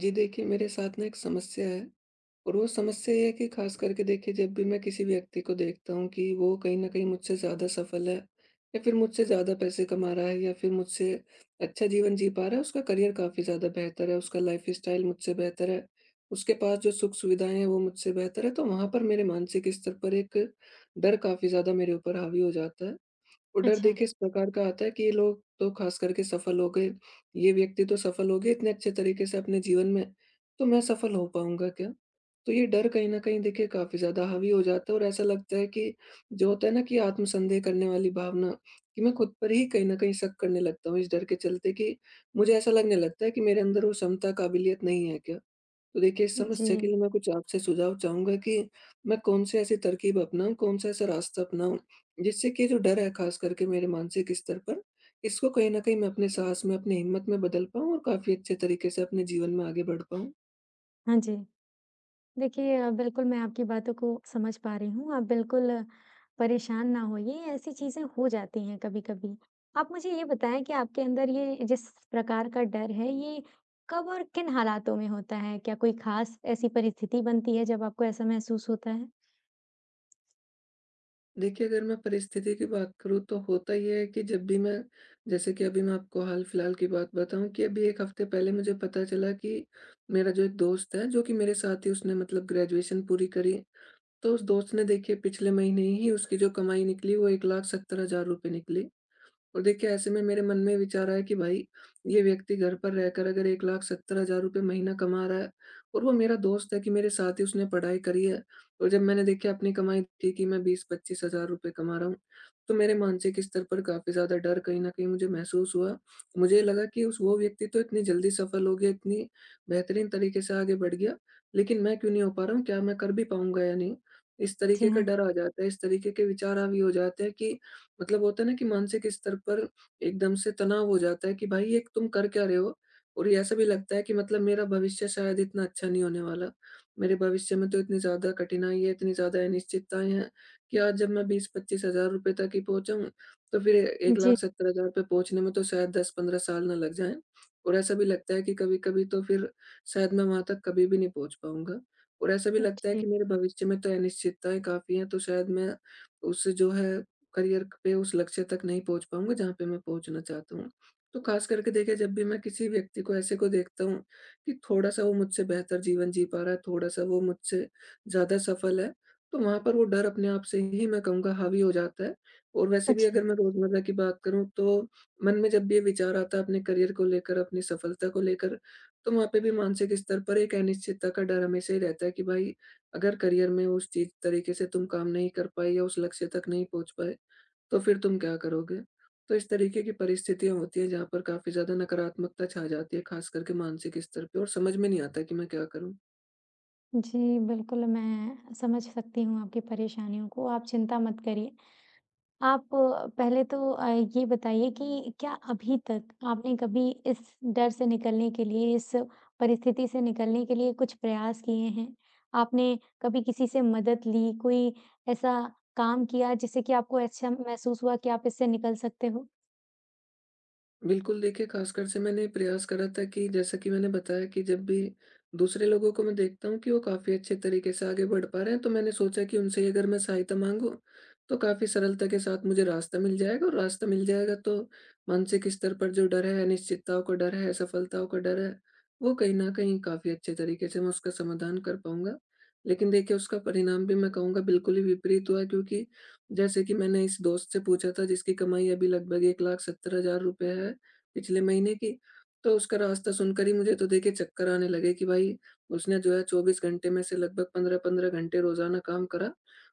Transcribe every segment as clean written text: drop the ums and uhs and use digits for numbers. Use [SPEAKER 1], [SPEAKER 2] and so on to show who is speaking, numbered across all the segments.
[SPEAKER 1] जी देखिए, मेरे साथ ना एक समस्या है और वो समस्या ये है कि ख़ास करके देखिए जब भी मैं किसी व्यक्ति को देखता हूँ कि वो कहीं न कहीं मुझसे ज़्यादा सफल है या फिर मुझसे ज़्यादा पैसे कमा रहा है या फिर मुझसे अच्छा जीवन जी पा रहा है, उसका करियर काफ़ी ज़्यादा बेहतर है, उसका लाइफ़स्टाइल मुझसे बेहतर है, उसके पास जो सुख-सुविधाएँ हैं वो मुझसे बेहतर है, तो वहाँ पर मेरे मानसिक स्तर पर एक डर काफ़ी ज़्यादा मेरे ऊपर हावी हो जाता है। वो डर
[SPEAKER 2] अच्छा,
[SPEAKER 1] देखिए इस प्रकार का आता है कि ये लोग तो खास करके सफल हो गए, ये व्यक्ति तो सफल हो गए इतने अच्छे तरीके से अपने जीवन में, तो मैं सफल हो पाऊँगा क्या? तो ये डर कहीं न कहीं देखिए काफ़ी ज़्यादा हावी हो जाता है और ऐसा लगता है कि जो होता है ना कि आत्मसन्देह करने वाली भावना, कि मैं खुद पर ही कहीं न कहीं शक करने लगता हूँ इस डर के चलते कि मुझे ऐसा लगने लगता है कि मेरे अंदर वो क्षमता, काबिलियत नहीं है क्या? तो देखिए इस
[SPEAKER 2] जी।
[SPEAKER 1] समस्या के लिए मैं कुछ आपसे सुझाव चाहूँगा कि मैं कौन से ऐसी तरकीब अपनाऊँ, कौन सा ऐसा रास्ता अपनाऊँ, जिससे कि जो डर है ख़ास करके मेरे मानसिक स्तर पर, इसको कहीं न कहीं मैं अपने साहस में, अपनी हिम्मत में बदल पाऊँ और काफ़ी अच्छे तरीके से अपने जीवन में आगे बढ़ पाऊँ।
[SPEAKER 2] हाँ जी। देखिए बिल्कुल मैं आपकी बातों को समझ पा रही हूँ। आप बिल्कुल परेशान ना होइए, ऐसी चीज़ें हो जाती हैं कभी-कभी। आप मुझे ये बताएँ कि आपके अंदर ये जिस प्रकार का डर है, ये कब और किन हालातों में होता है? क्या कोई ख़ास ऐसी परिस्थिति बनती है जब आपको ऐसा महसूस होता है?
[SPEAKER 1] देखिए, अगर मैं परिस्थिति की बात करूँ, तो होता ये है कि जब भी मैं, जैसे कि अभी मैं आपको हाल-फिलहाल की बात बताऊँ, कि अभी 1 हफ़्ते पहले मुझे पता चला कि मेरा जो एक दोस्त है, जो कि मेरे साथ ही उसने मतलब ग्रेजुएशन पूरी करी, तो उस दोस्त ने देखिए पिछले महीने ही उसकी जो कमाई निकली वो ₹1,70,000 निकली। और देखिए ऐसे में मेरे मन में विचार आया कि भाई ये व्यक्ति घर पर रहकर अगर 1,70,000 महीना कमा रहा है और वो मेरा दोस्त है कि मेरे साथ ही उसने पढ़ाई करी है, और जब मैंने देखिए अपनी कमाई देखी कि मैं 20-25,000 रुपए कमा रहा हूँ, तो मेरे मानसिक स्तर पर काफ़ी ज़्यादा डर कहीं न कहीं मुझे महसूस हुआ। मुझे लगा कि उस वो व्यक्ति तो इतनी जल्दी सफल हो गया, इतनी बेहतरीन तरीके से आगे बढ़ गया, लेकिन मैं क्यों नहीं हो पा रहा हूँ? क्या मैं कर भी पाऊँगा या नहीं? इस तरीके
[SPEAKER 2] जी
[SPEAKER 1] का
[SPEAKER 2] हाँ।
[SPEAKER 1] डर आ जाता है, इस तरीके के विचार हावी हो जाते हैं कि मतलब होता है ना कि मानसिक स्तर पर एकदम से तनाव हो जाता है कि भाई ये तुम कर क्या रहे हो? और ये ऐसा भी लगता है कि मतलब मेरा भविष्य शायद इतना अच्छा नहीं होने वाला। मेरे भविष्य में तो इतनी ज़्यादा कठिनाई है, इतनी ज़्यादा अनिश्चितताएँ हैं कि आज जब मैं 20-25,000 रुपए तक ही पहुँचाऊँ, तो फिर
[SPEAKER 2] जी,
[SPEAKER 1] 1,70,000 पे पहुँचने में तो शायद 10-15 साल ना लग जाएँ। और ऐसा भी लगता है कि कभी-कभी तो फिर शायद मैं वहाँ तक कभी भी नहीं पहुँच पाऊँगा। और ऐसा भी लगता है
[SPEAKER 2] जी।
[SPEAKER 1] कि मेरे भविष्य में तो अनिश्चितताएँ काफ़ी हैं, तो शायद मैं उस जो है करियर पे उस लक्ष्य तक नहीं पहुँच पाऊँगा जहाँ पे मैं पहुँचना चाहता हूँ। तो ख़ास करके देखिए जब भी मैं किसी व्यक्ति को ऐसे को देखता हूँ कि थोड़ा-सा वो मुझसे बेहतर जीवन जी पा रहा है, थोड़ा-सा वो मुझसे ज़्यादा सफल है, तो वहाँ पर वो डर अपने आप से ही मैं कहूँगा हावी हो जाता है। और वैसे भी
[SPEAKER 2] अच्छा।
[SPEAKER 1] अगर मैं रोज़मर्रा की बात करूँ, तो मन में जब भी ये विचार आता है अपने करियर को लेकर, अपनी सफलता को लेकर, तो वहाँ पे भी मानसिक स्तर पर एक अनिश्चितता का डर हमेशा ही रहता है कि भाई अगर करियर में उस चीज़ तरीके से तुम काम नहीं कर पाए या उस लक्ष्य तक नहीं पहुँच पाए, तो फिर तुम क्या करोगे? तो इस तरीके की परिस्थितियाँ होती हैं जहाँ पर काफ़ी ज़्यादा नकारात्मकता छा जाती है, ख़ास करके मानसिक स्तर पे, और समझ में नहीं आता कि मैं क्या करूँ?
[SPEAKER 2] जी, बिल्कुल मैं समझ सकती हूँ आपकी परेशानियों को, आप चिंता मत करिए। आप पहले तो ये बताइए कि क्या अभी तक आपने कभी इस डर से निकलने के लिए, इस परिस्थिति से निकलने के लिए कुछ प्रयास किए हैं? आपने कभी किसी से मदद ली, कोई ऐसा काम किया जिससे कि आपको अच्छा महसूस हुआ कि आप इससे निकल सकते हो?
[SPEAKER 1] बिल्कुल, देखिए, ख़ासकर से मैंने प्रयास करा था कि जैसा कि मैंने बताया कि जब भी दूसरे लोगों को मैं देखता हूँ कि वो काफ़ी अच्छे तरीके से आगे बढ़ पा रहे हैं, तो मैंने सोचा कि उनसे ही अगर मैं सहायता माँगूँ, तो काफ़ी सरलता के साथ मुझे रास्ता मिल जाएगा, और रास्ता मिल जाएगा तो मानसिक स्तर पर जो डर है, अनिश्चितताओं का डर है, असफलताओं का डर है, वो कहीं न कहीं काफ़ी अच्छे तरीके से मैं उसका समाधान कर पाऊँगा। लेकिन देखिए उसका परिणाम भी मैं कहूँगा बिल्कुल ही विपरीत हुआ, क्योंकि जैसे कि मैंने इस दोस्त से पूछा था जिसकी कमाई अभी लगभग ₹1,70,000 है, पिछले महीने की, तो उसका रास्ता सुनकर ही मुझे तो देखिए चक्कर आने लगे कि भाई उसने जो है 24 घंटे में से लगभग 15-15 घंटे रोज़ाना काम करा,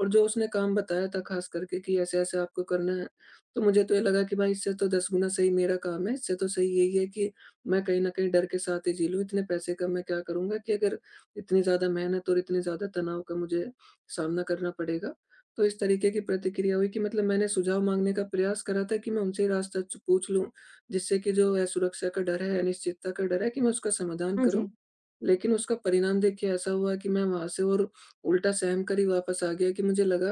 [SPEAKER 1] और जो उसने काम बताया था ख़ास करके कि ऐसे-ऐसे आपको करना है, तो मुझे तो ये लगा कि भाई इससे तो 10 गुना सही मेरा काम है, इससे तो सही यही है कि मैं कहीं न कहीं डर के साथ ही जी लूँ, इतने पैसे का मैं क्या करूँगा कि अगर इतनी ज़्यादा मेहनत और इतने ज़्यादा तनाव का मुझे सामना करना पड़ेगा। तो इस तरीके की प्रतिक्रिया हुई कि मतलब मैंने सुझाव माँगने का प्रयास करा था कि मैं उनसे ही रास्ता च पूछ लूँ जिससे कि जो है सुरक्षा का डर है, अनिश्चितता का डर है कि मैं उसका समाधान
[SPEAKER 2] हाँ जी,
[SPEAKER 1] करूँ। लेकिन उसका परिणाम देखिए ऐसा हुआ कि मैं वहाँ से और उल्टा सहम कर ही वापस आ गया, कि मुझे लगा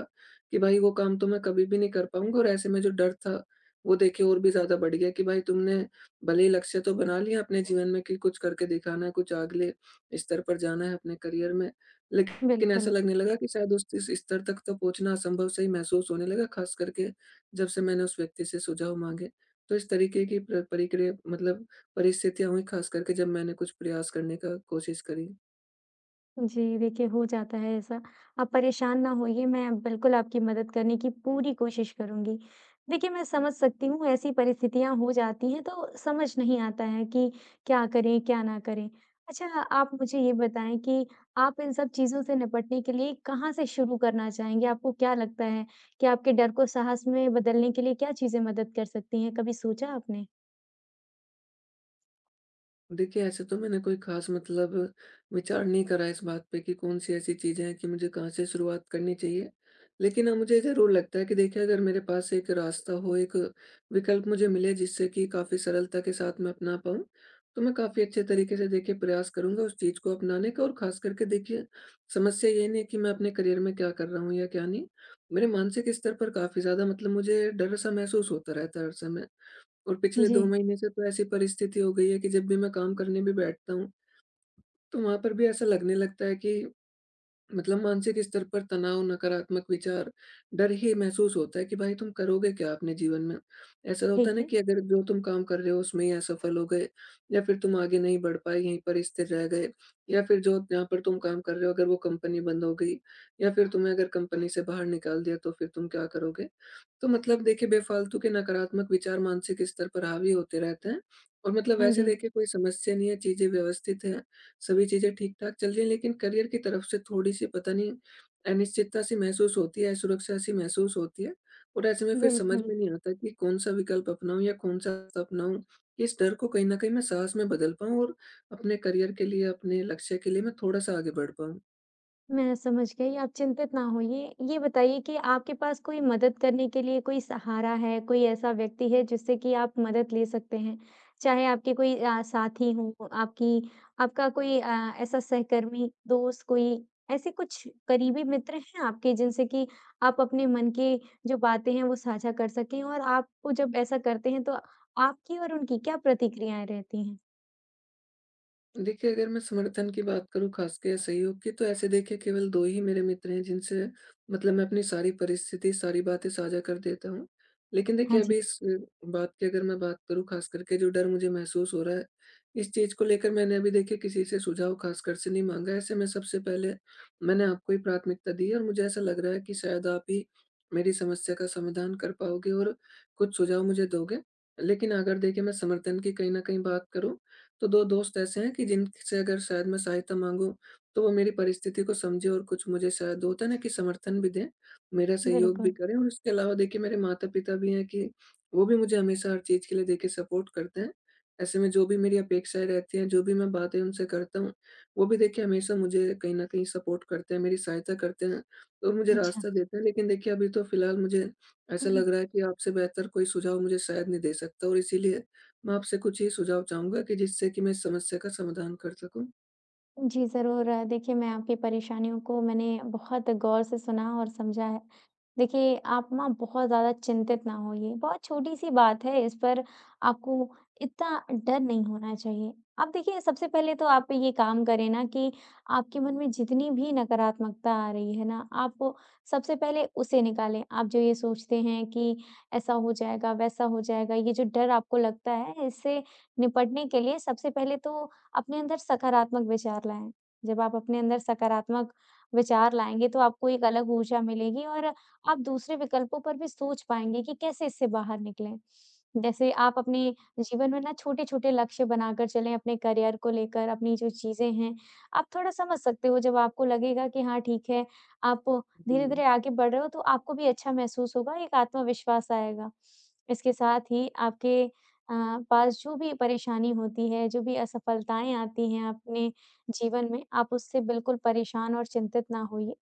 [SPEAKER 1] कि भाई वो काम तो मैं कभी भी नहीं कर पाऊँगा, और ऐसे में जो डर था, वो देखिए और भी ज़्यादा बढ़ गया कि भाई तुमने भले ही लक्ष्य तो बना लिया अपने जीवन में कि कुछ करके दिखाना है, कुछ अगले स्तर पर जाना है अपने करियर में। लेकिन ऐसा
[SPEAKER 2] बिल्कुल।
[SPEAKER 1] लगने लगा कि शायद उस इस स्तर तक तो पहुँचना असंभव सा ही महसूस होने लगा, ख़ास करके जब से मैंने उस व्यक्ति से सुझाव माँगे। तो इस तरीके की प्र परिक्रिया, मतलब परिस्थितियाँ हुई ख़ास करके जब मैंने कुछ प्रयास करने का कोशिश करी।
[SPEAKER 2] जी, देखिए हो जाता है ऐसा। आप परेशान ना होइए, मैं बिल्कुल आपकी मदद करने की पूरी कोशिश करूँगी। देखिए, मैं समझ सकती हूँ ऐसी परिस्थितियाँ हो जाती हैं तो समझ नहीं आता है कि क्या करें, क्या ना करें। अच्छा, आप मुझे ये बताएँ कि आप इन सब चीज़ों से निपटने के लिए कहाँ से शुरू करना चाहेंगे? आपको क्या लगता है कि आपके डर को साहस में बदलने के लिए क्या चीज़ें मदद कर सकती हैं? कभी सोचा आपने?
[SPEAKER 1] देखिए, ऐसे तो मैंने कोई ख़ास मतलब विचार नहीं करा इस बात पे कि कौन-सी ऐसी चीज़ें हैं कि मुझे कहाँ से शुरुआत करनी चाहिए। लेकिन हाँ, मुझे ज़रूर लगता है कि देखिए अगर मेरे पास एक रास्ता हो, एक विकल्प मुझे मिले जिससे कि काफ़ी सरलता के साथ मैं अपना पाऊँ, तो मैं काफ़ी अच्छे तरीके से देखिए प्रयास करूँगा उस चीज़ को अपनाने का, और ख़ास करके देखिए समस्या ये नहीं है कि मैं अपने करियर में क्या कर रहा हूँ या क्या नहीं। मेरे मानसिक स्तर पर काफ़ी ज़्यादा मतलब मुझे डर-सा महसूस होता रहता है हर समय, और पिछले
[SPEAKER 2] जी,
[SPEAKER 1] 2 महीने से तो ऐसी परिस्थिति हो गई है कि जब भी मैं काम करने भी बैठता हूँ, तो वहाँ पर भी ऐसा लगने लगता है कि मतलब मानसिक स्तर पर तनाव, नकारात्मक विचार, डर ही महसूस होता है कि भाई तुम करोगे क्या अपने जीवन में? ऐसा होता है
[SPEAKER 2] ठीक
[SPEAKER 1] ना
[SPEAKER 2] है।
[SPEAKER 1] कि अगर जो तुम काम कर रहे हो उसमें ही असफल हो गए, या फिर तुम आगे नहीं बढ़ पाए, यहीं पर स्थिर रह गए, या फिर जो जहाँ पर तुम काम कर रहे हो अगर वो कंपनी बंद हो गई, या फिर तुम्हें अगर कंपनी से बाहर निकाल दिया, तो फिर तुम क्या करोगे? तो मतलब देखिए बेफालतू के नकारात्मक विचार मानसिक स्तर पर हावी होते रहते हैं, और मतलब
[SPEAKER 2] हाँ
[SPEAKER 1] वैसे
[SPEAKER 2] जी,
[SPEAKER 1] देखिए कोई समस्या नहीं है, चीज़ें व्यवस्थित हैं। सभी चीज़ें ठीक-ठाक चल रही हैं, लेकिन करियर की तरफ से थोड़ी-सी पता नहीं अनिश्चितता सी महसूस होती है, असुरक्षा सी महसूस होती है, और ऐसे में फिर समझ
[SPEAKER 2] बिल्कुल।
[SPEAKER 1] में नहीं आता कि कौन-सा विकल्प अपनाऊँ या कौन-सा रास्ता अपनाऊँ। इस डर को कहीं न कहीं मैं साहस में बदल पाऊँ, और अपने करियर के लिए, अपने लक्ष्य के लिए मैं थोड़ा-सा आगे बढ़ पाऊँ।
[SPEAKER 2] मैं समझ गई, आप चिंतित ना होइए। ये बताइए कि आपके पास कोई मदद करने के लिए कोई सहारा है, कोई ऐसा व्यक्ति है जिससे कि आप मदद ले सकते हैं? चाहे आपके कोई साथी हों, आपकी आपका कोई ऐसा सहकर्मी, दोस्त, कोई ऐसे कुछ करीबी मित्र हैं आपके जिनसे कि आप अपने मन की जो बातें हैं, वो साझा कर सकें और आपको जब ऐसा करते हैं, तो आपकी और उनकी क्या प्रतिक्रियाएँ रहती हैं?
[SPEAKER 1] देखिए, अगर मैं समर्थन की बात करूँ, ख़ासकर सहयोग की, तो ऐसे देखिए केवल 2 ही मेरे मित्र हैं जिनसे मतलब मैं अपनी सारी परिस्थिति, सारी बातें साझा कर देता हूँ। लेकिन
[SPEAKER 2] हाँ
[SPEAKER 1] देखिए
[SPEAKER 2] जी,
[SPEAKER 1] अभी बात की अगर मैं बात करूँ, ख़ास करके जो डर मुझे महसूस हो रहा है, इस चीज़ को लेकर मैंने अभी देखिए किसी से सुझाव ख़ासकर से नहीं माँगा। ऐसे में सबसे पहले मैंने आपको ही प्राथमिकता दी है, और मुझे ऐसा लग रहा है कि शायद आप ही मेरी समस्या का समाधान कर पाओगे और कुछ सुझाव मुझे दोगे। लेकिन अगर देखिए मैं समर्थन की कहीं न कहीं बात करूँ, तो 2 दोस्त ऐसे हैं कि जिनसे अगर शायद मैं सहायता माँगूँ, तो वो मेरी परिस्थिति को समझें और कुछ मुझे शायद, होता है ना कि, समर्थन भी दें, मेरा सहयोग भी
[SPEAKER 2] बिल्कुल।
[SPEAKER 1] करें, और इसके अलावा देखिए मेरे माता-पिता भी हैं कि वो भी मुझे हमेशा हर चीज़ के लिए देखिए सपोर्ट करते हैं। ऐसे में जो भी मेरी अपेक्षाएँ रहती हैं, जो भी मैं बातें उनसे करता हूँ, वो भी देखिए हमेशा मुझे कहीं न कहीं सपोर्ट करते हैं, मेरी सहायता करते हैं, और मुझे
[SPEAKER 2] अच्छा।
[SPEAKER 1] रास्ता देते हैं। लेकिन देखिए अभी तो फिलहाल मुझे ऐसा लग रहा है कि आपसे बेहतर कोई सुझाव मुझे शायद नहीं दे सकता, और इसीलिए मैं आपसे कुछ ही सुझाव चाहूँगा कि जिससे कि मैं इस समस्या का समाधान कर सकूँ।
[SPEAKER 2] जी, ज़रूर। देखिए, मैं आपकी परेशानियों को मैंने बहुत गौर से सुना और समझा है। देखिए, आप ना बहुत ज़्यादा चिंतित ना होइए, बहुत छोटी-सी बात है, इस पर आपको इतना डर नहीं होना चाहिए। आप देखिए, सबसे पहले तो आप ये काम करें ना कि आपके मन में जितनी भी नकारात्मकता आ रही है ना, आप सबसे पहले उसे निकालें। आप जो ये सोचते हैं कि ऐसा हो जाएगा, वैसा हो जाएगा, ये जो डर आपको लगता है, इससे निपटने के लिए सबसे पहले तो अपने अंदर सकारात्मक विचार लाएँ। जब आप अपने अंदर सकारात्मक विचार लाएँगे, तो आपको एक अलग ऊर्जा मिलेगी और आप दूसरे विकल्पों पर भी सोच पाएँगे कि कैसे इससे बाहर निकलें। जैसे आप अपने जीवन में ना छोटे-छोटे लक्ष्य बनाकर चलें, अपने करियर को लेकर, अपनी जो चीज़ें हैं, आप थोड़ा समझ सकते हो जब आपको लगेगा कि हाँ, ठीक है, आप
[SPEAKER 1] जी।
[SPEAKER 2] धीरे-धीरे आगे बढ़ रहे हो, तो आपको भी अच्छा महसूस होगा, एक आत्मविश्वास आएगा। इसके साथ ही आपके अ, पास जो भी परेशानी होती है, जो भी असफलताएँ आती हैं अपने जीवन में, आप उससे बिल्कुल परेशान और चिंतित ना होइए।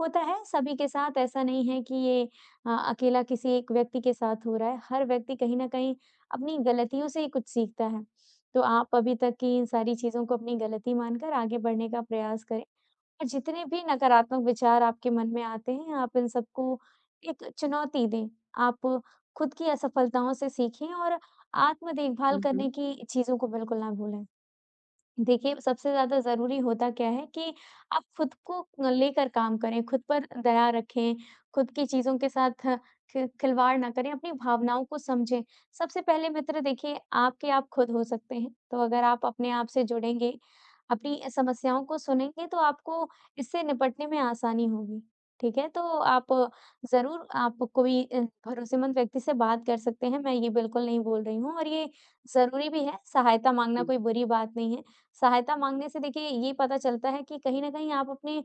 [SPEAKER 2] होता है, सभी के साथ ऐसा नहीं है कि ये अकेला किसी एक व्यक्ति के साथ हो रहा है। हर व्यक्ति कहीं न कहीं अपनी गलतियों से ही कुछ सीखता है। तो आप अभी तक की इन सारी चीज़ों को अपनी गलती मानकर आगे बढ़ने का प्रयास करें। और जितने भी नकारात्मक विचार आपके मन में आते हैं, आप इन सबको एक चुनौती दें। आप खुद की असफलताओं से सीखें और आत्म देखभाल
[SPEAKER 1] हुँ, हुँ।
[SPEAKER 2] करने की चीज़ों को बिल्कुल ना भूलें। देखिए, सबसे ज़्यादा ज़रूरी होता क्या है कि आप खुद को लेकर काम करें, खुद पर दया रखें, खुद की चीज़ों के साथ खि खिलवाड़ ना करें, अपनी भावनाओं को समझें। सबसे पहले मित्र देखिए आपके आप खुद हो सकते हैं, तो अगर आप अपने आप से जुड़ेंगे, अपनी समस्याओं को सुनेंगे तो आपको इससे निपटने में आसानी होगी, ठीक है? तो आप ज़रूर आप कोई भरोसेमंद व्यक्ति से बात कर सकते हैं, मैं ये बिल्कुल नहीं बोल रही हूँ और ये ज़रूरी भी है, सहायता माँगना
[SPEAKER 1] जी।
[SPEAKER 2] कोई बुरी बात नहीं है। सहायता माँगने से देखिए ये पता चलता है कि कहीं न कहीं आप अपने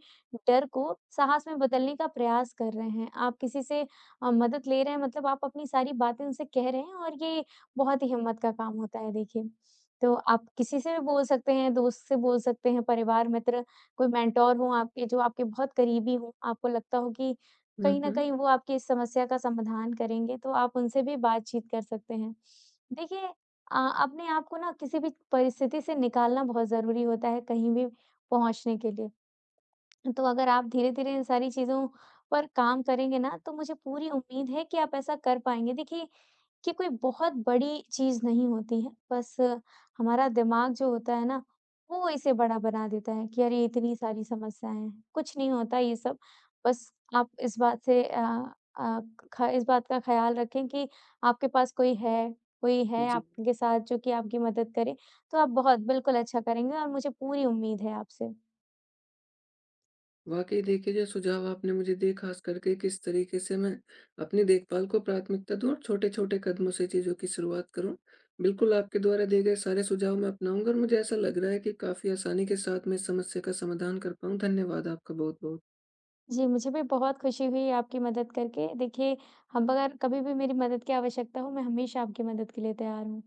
[SPEAKER 2] डर को साहस में बदलने का प्रयास कर रहे हैं। आप किसी से मदद ले रहे हैं मतलब आप अपनी सारी बातें उनसे कह रहे हैं और ये बहुत ही हिम्मत का काम होता है देखिए। तो आप किसी से भी बोल सकते हैं, दोस्त से बोल सकते हैं, परिवार, मित्र, कोई मेंटर हो आपके जो आपके बहुत करीबी हो, आपको लगता हो कि
[SPEAKER 1] हुँ,
[SPEAKER 2] कहीं न
[SPEAKER 1] हुँ।
[SPEAKER 2] कहीं वो आपकी इस समस्या का समाधान करेंगे, तो आप उनसे भी बातचीत कर सकते हैं। देखिए अपने आप को ना किसी भी परिस्थिति से निकालना बहुत ज़रूरी होता है कहीं भी पहुँचने के लिए। तो अगर आप धीरे-धीरे इन सारी चीज़ों पर काम करेंगे ना, तो मुझे पूरी उम्मीद है कि आप ऐसा कर पाएँगे। देखिए कि कोई बहुत बड़ी चीज़ नहीं होती है, बस हमारा दिमाग जो होता है ना, वो इसे बड़ा बना देता है कि अरे! इतनी सारी समस्याएँ हैं, कुछ नहीं होता ये सब। बस आप इस बात से अ अ, ख इस बात का ख़्याल रखें कि आपके पास कोई है,
[SPEAKER 1] जी।
[SPEAKER 2] आपके साथ जो कि आपकी मदद करे, तो आप बहुत बिल्कुल अच्छा करेंगे और मुझे पूरी उम्मीद है आपसे।
[SPEAKER 1] वाक़ई देखिए जो सुझाव आपने मुझे दिए, ख़ास करके किस तरीके से मैं अपनी देखभाल को प्राथमिकता दूँ और छोटे-छोटे कदमों से चीज़ों की शुरुआत करूँ। बिल्कुल आपके द्वारा दिए गए सारे सुझाव मैं अपनाऊँगा, और मुझे ऐसा लग रहा है कि काफ़ी आसानी के साथ मैं इस समस्या का समाधान कर पाऊँ। धन्यवाद आपका बहुत-बहुत।
[SPEAKER 2] जी, मुझे भी बहुत खुशी हुई आपकी मदद करके। देखिए, अब अगर कभी भी मेरी मदद की आवश्यकता हो, मैं हमेशा आपकी मदद के लिए तैयार हूँ।